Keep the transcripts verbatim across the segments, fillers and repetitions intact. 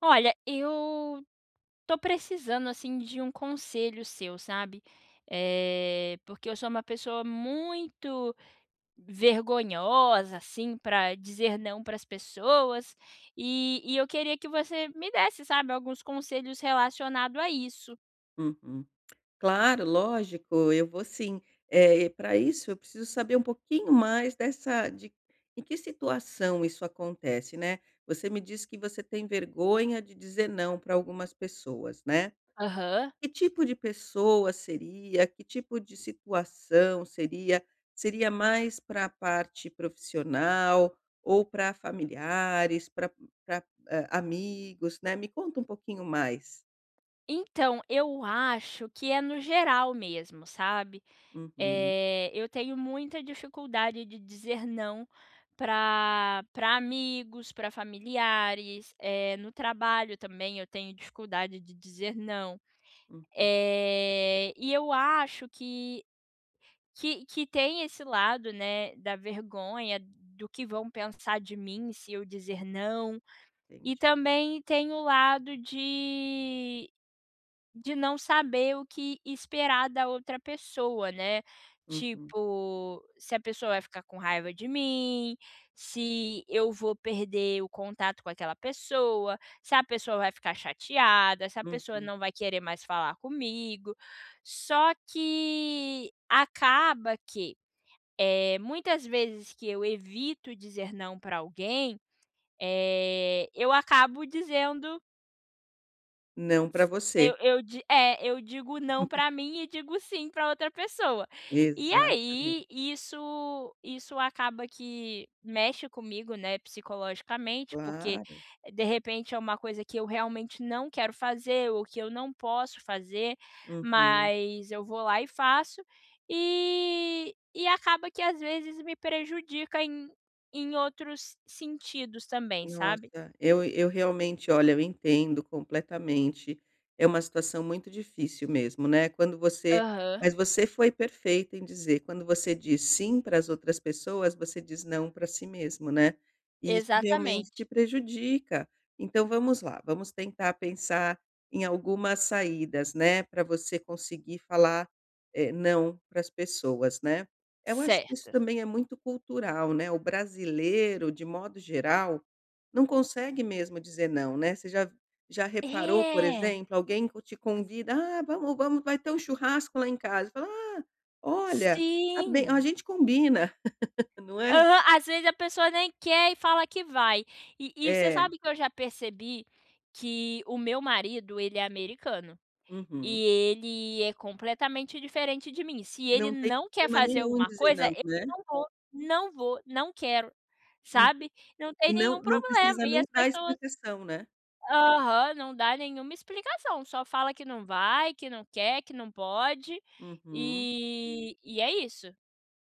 Olha, eu tô precisando, assim, de um conselho seu, sabe. Eh, porque eu sou uma pessoa muito vergonhosa, assim, para dizer não para as pessoas, e e eu queria que você me desse, sabe, alguns conselhos relacionados a isso. Uhum. Claro, lógico, eu vou sim. Eh, para isso eu preciso saber um pouquinho mais dessa de em que situação isso acontece, né. Você me disse que você tem vergonha de dizer não para algumas pessoas, né. Aham. Que tipo de pessoa seria? Que tipo de situação seria? Seria mais para a parte profissional ou para familiares, para amigos, né. Me conta um pouquinho mais. Então, eu acho que é no geral mesmo, sabe. Uhum, Eh, eu tenho muita dificuldade de dizer não para para amigos, para familiares, eh, no trabalho também eu tenho dificuldade de dizer não. uhum, Eh, e eu acho que que que tem esse lado, né, da vergonha, do que vão pensar de mim se eu dizer não, e entendi. também tem o lado de de não saber o que esperar da outra pessoa, né. Uhum, Tipo, se a pessoa vai ficar com raiva de mim, se eu vou perder o contato com aquela pessoa, se a pessoa vai ficar chateada, se a pessoa uhum. não vai querer mais falar comigo. Só que acaba que, eh, muitas vezes que eu evito dizer não para alguém, eh, eu acabo dizendo Não para você. eu eu di é, eu digo não pra mim e digo sim pra outra pessoa. E Exatamente, aí, isso isso acaba que mexe comigo, né, psicologicamente, porque claro. eh, de repente é uma coisa que eu realmente não quero fazer ou que eu não posso fazer, Uhum. mas eu vou lá e faço, e e acaba que às vezes me prejudica em em outros sentidos também, sabe? Nossa, eu eu realmente, olha, eu entendo completamente. É uma situação muito difícil mesmo, né, quando você, Aham. mas você foi perfeita em dizer, quando você diz "sim" para as outras pessoas, você diz "não" para si mesmo, né, e isso realmente te Exatamente. prejudica. Então vamos lá, vamos tentar pensar em algumas saídas, né, para você conseguir falar, eh, "não" para as pessoas, né. Eu acho que isso Certo. também é muito cultural, né, o brasileiro, de modo geral, não consegue mesmo dizer não, né. Você já já reparou, por É, exemplo, alguém co te convida: "Ah, vamos vamos vai ter um churrasco lá em casa", fala: "Ah, olha, tá bem, a sim. gente combina", não é? Aham, às vezes a pessoa nem quer e fala que vai. E e você É, sabe que eu já percebi que o meu marido, ele é americano, uhum. e ele é completamente diferente de mim. Se ele Não tem não quer problema fazer nenhum em alguma dizer coisa, não, eu né. não vou, não vou, não quero, Uhum. sabe. Não tem E não nenhum não problema precisa e nem as dar pessoas explicação, né. aham, não dá nenhuma explicação, só fala que não vai, que não quer, que não pode, Uhum. e e é isso.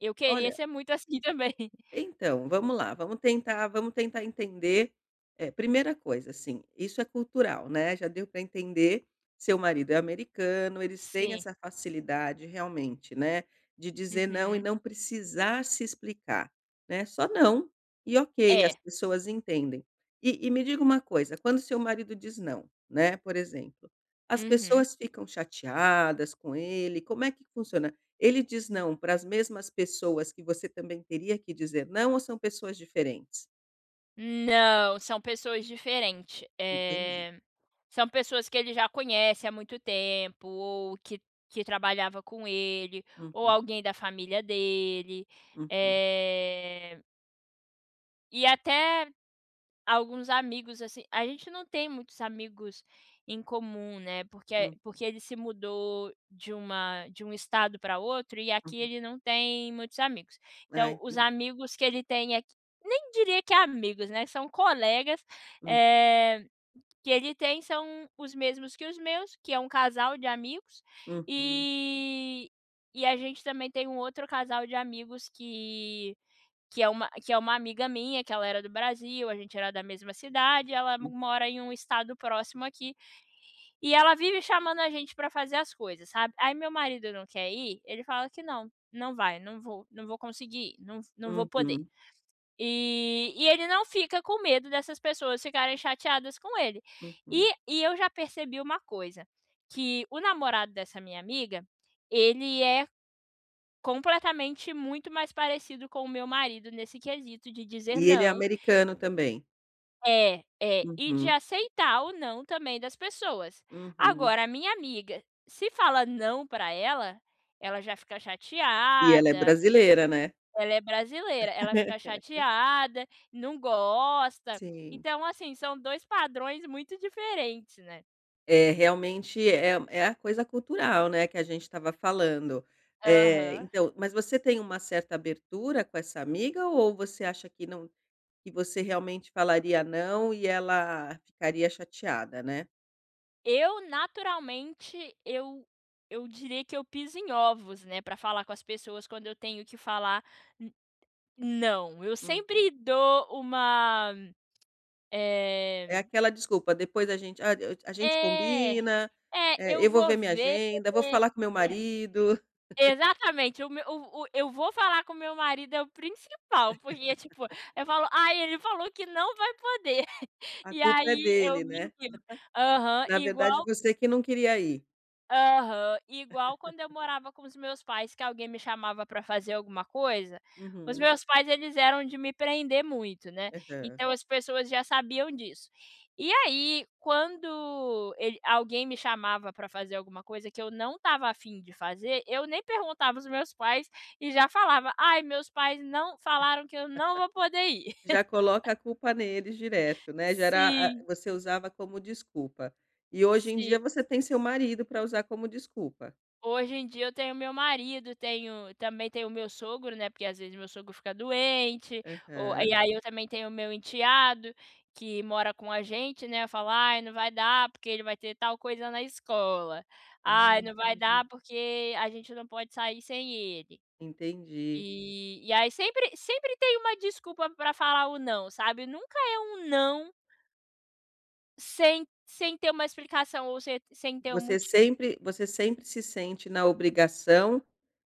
Eu queria Olha. ser muito assim também. Então, vamos lá, vamos tentar vamos tentar entender, eh, primeira coisa, assim, isso é cultural, né, já deu para entender, seu marido é americano, eles têm Sim. essa facilidade realmente, né, de dizer não e Uhum. não precisar se explicar, né, só não, e ok, as É. pessoas entendem. E e me diga uma coisa, quando seu marido diz não, né, por exemplo, as Uhum. pessoas ficam chateadas com ele, como é que funciona? Ele diz não para as mesmas pessoas que você também teria que dizer não ou são pessoas diferentes? Não, são pessoas diferentes. Entendi. Eh, são pessoas que ele já conhece há muito tempo ou que que trabalhava com ele, ou Uhum, alguém da família dele. uhum, Eh, e até alguns amigos, assim a gente não tem muitos amigos em comum, né, porque hum, porque ele se mudou de uma de um estado para outro e aqui uhum. ele não tem muitos amigos. Ah, Então os entendi. amigos que ele tem aqui nem diria que é amigos, né, são colegas, Hum, eh, que ele tem são os mesmos que os meus, que é um casal de amigos, uhum, e e a gente também tem um outro casal de amigos que que é uma que é uma amiga minha, que ela era do Brasil, a gente era da mesma cidade, ela hum, mora em um estado próximo aqui, e ela vive chamando a gente para fazer as coisas, sabe. Aí meu marido não quer ir, ele fala que: "Não, não vai, não vou não vou conseguir não não vou poder". uhum, E e ele não fica com medo dessas pessoas ficarem chateadas com ele. uhum. E e eu já percebi uma coisa, que o namorado dessa minha amiga, ele é completamente muito mais parecido com o meu marido nesse quesito de dizer E ele é não. americano também? É, é. E de Uhum, aceitar o não também das pessoas. uhum. Agora a minha amiga, se fala não para ela, ela já fica E ela é chateada, brasileira, né? ela é brasileira, ela fica chateada, não gosta. Sim. Então, assim, são dois padrões muito diferentes, né. É, realmente é é a coisa cultural, né, que a gente estava falando. Eh, Aham. então mas você tem uma certa abertura com essa amiga ou você acha que não, que você realmente falaria não e ela ficaria chateada, né. Eu, naturalmente, eu eu diria que eu piso em ovos, né, para falar com as pessoas quando eu tenho que falar n não. Eu Uhum. sempre dou uma, É eh aquela desculpa, depois a gente "Ah, eu a gente é, combina, é, eh, eu eu vou vou ver minha ver. agenda, vou falar com meu marido, É, exatamente, o meu o o eu vou falar com o meu marido é o principal, porque, tipo, eu falo: "Ai, ele falou que não vai poder", a e culpa é aí eu dele, me né". livro. Aham, Na verdade, igual você que não queria ir. Aham, igual quando eu morava com os meus pais, que alguém me chamava pra fazer alguma coisa, os Uhum. meus pais, eles eram de me prender muito, né, Aham. então as pessoas já sabiam disso. E aí quando ele alguém me chamava pra fazer alguma coisa que eu não estava afim de fazer, eu nem perguntava os meus pais e já falava: "Ai, meus pais não falaram que eu não vou poder ir". Já coloca a culpa neles direto, né, já era a Sim, você usava como desculpa. E hoje em sim. dia você tem seu marido para usar como desculpa. Hoje em dia eu tenho meu marido, tenho também tenho o meu sogro, né, porque às vezes meu sogro fica doente, ou e Aham. aí eu também tenho o meu enteado, que mora com a gente, né, fala: "Ai, não vai dar porque ele vai ter tal coisa na escola. Ah, Ai, não vai entendi. dar porque a gente não pode sair sem ele". Entendi. E e aí sempre sempre tem uma desculpa pra falar o não, sabe, nunca é um não sem sem ter uma explicação ou sem sem ter um Você motivo sempre Você sempre se sente na obrigação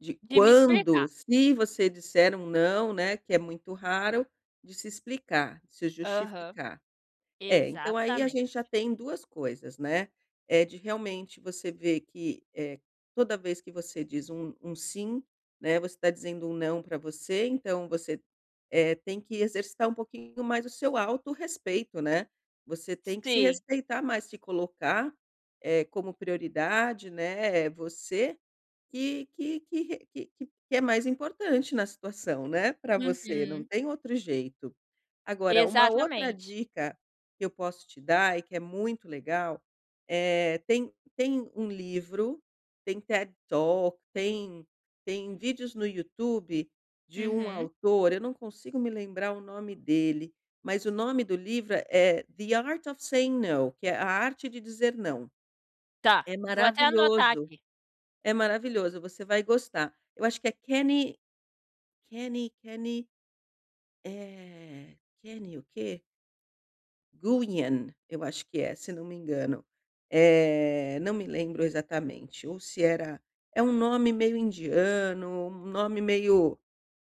de de me quando explicar. se você disser um "não", né, que é muito raro, de se explicar, de se Aham, justificar. É, então aí a gente exatamente. já tem duas coisas, né. É de realmente você ver que, eh, toda vez que você diz um um sim, né, você está dizendo um não para você, então você, eh, tem que exercitar um pouquinho mais o seu autorrespeito, né. Você tem que se Sim. respeitar mais, se colocar, eh, como prioridade, né, é você que que que re que que que é mais importante na situação, né, para você, não Uhum. tem outro jeito. Agora, uma outra Exatamente. dica que eu posso te dar e que é muito legal, eh, tem tem um livro, tem T E D Talk, tem tem vídeos no YouTube de um Uhum. autor, eu não consigo me lembrar o nome dele, mas o nome do livro é The Art of Saying No, que é a arte de dizer não. Tá, É vou até anotar maravilhoso. aqui. É maravilhoso, você vai gostar. Eu acho que é Kenny Kenny Kenny, eh, Kenny o quê? Guyan, eu acho que é, se não me engano. Eh, não me lembro exatamente, ou se era, é um nome meio indiano, um nome meio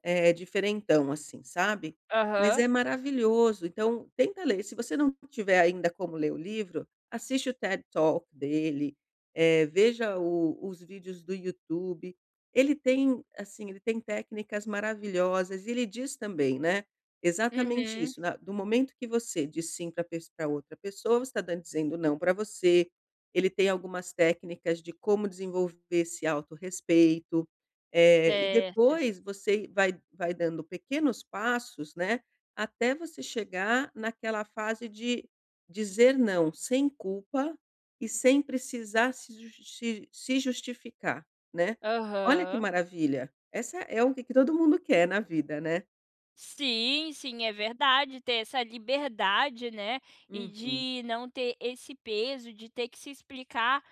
eh, diferentão, assim, sabe. Mas Aham. é maravilhoso, então tenta ler, se você não tiver ainda como ler o livro, assiste o T E D Talk dele, eh, veja o os vídeos do YouTube. Ele tem, assim, ele tem técnicas maravilhosas e ele diz também, né, exatamente Uhum. isso, na do momento que você diz sim para outra pessoa, você está dan dizendo não para você. Ele tem algumas técnicas de como desenvolver esse autorrespeito. Eh, e Certo. depois você vai vai dando pequenos passos, né, até você chegar naquela fase de dizer não sem culpa e sem precisar se justi se se justificar, né. Olha que Aham. maravilha, essa é o que que todo mundo quer na vida, né. Sim, sim, é verdade. Ter essa liberdade, né, e Uhum, de não ter esse peso de ter que se explicar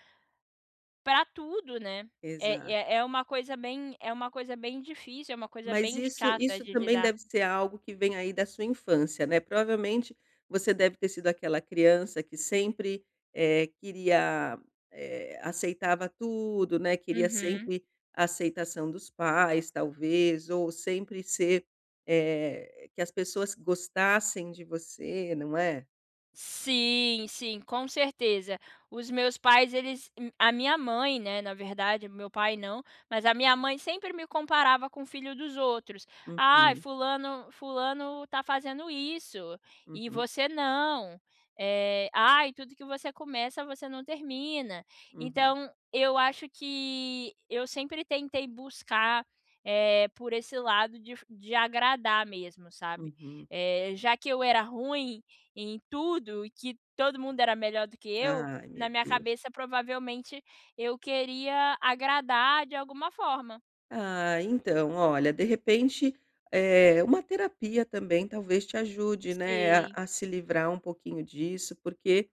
para tudo, né. É é exato. É uma coisa bem é uma coisa bem difícil, é uma coisa Mas bem isso chata isso de também lidar. deve ser algo que vem aí da sua infância, né, provavelmente você deve ter sido aquela criança que sempre, eh, queria, eh, aceitava tudo, né, queria Uhum. sempre a aceitação dos pais talvez, ou sempre ser, eh, que as pessoas gostassem de você, não é? Sim, sim, com certeza. Os meus pais, eles hum, a minha mãe, né, na verdade, meu pai não, mas a minha mãe sempre me comparava com o filho dos outros. "Ai, Uhum, fulano fulano tá fazendo isso, e uhum, você não. Eh, ai, tudo que você começa, você não termina". uhum, Então, eu acho que eu sempre tentei buscar, eh, por esse lado de de agradar mesmo, sabe. uhum. Eh, já que eu era ruim em tudo e que todo mundo era melhor do que eu, Ai meu na minha Deus. cabeça provavelmente eu queria agradar de alguma forma. Ah, então, olha, de repente, eh, uma terapia também talvez te ajude, né, a Sim. a se livrar um pouquinho disso, porque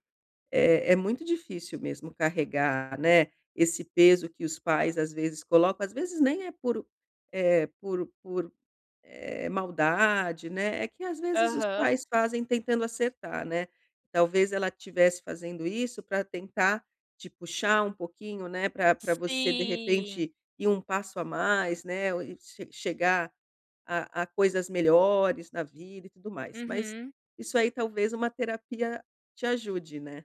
é é muito difícil mesmo carregar, né, esse peso que os pais às vezes colocam, às vezes nem é por, eh, por por eh, maldade, né, é que às vezes os Aham. pais fazem tentando acertar, né. Talvez ela estivesse fazendo isso para tentar te puxar um pouquinho, né, para pra você de Sim. repente ir um passo a mais, né, ou e che chegar a a coisas melhores na vida e tudo mais. Mas Uhum. isso aí talvez uma terapia te ajude, né.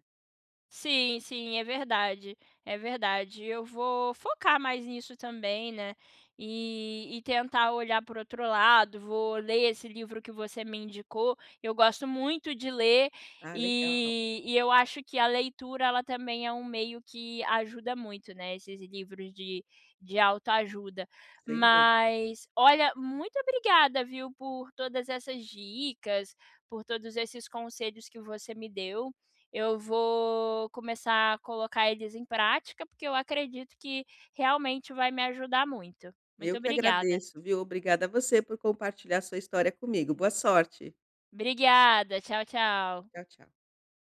Sim, sim, é verdade, é verdade. Eu vou focar mais nisso também, né, e e tentar olhar por outro lado, vou ler esse livro que você me indicou, eu gosto muito de ler, Ah, legal, e e eu acho que a leitura ela também é um meio que ajuda muito, né, esses livros de de autoajuda. sem dúvida. Mas, olha, muito obrigada, viu, por todas essas dicas, por todos esses conselhos que você me deu. Eu vou começar a colocar eles em prática, porque eu acredito que realmente vai me ajudar muito. Eu Muito que obrigada. agradeço, viu. Obrigada a você por compartilhar sua história comigo. Boa sorte. Obrigada, tchau, tchau. Tchau, tchau.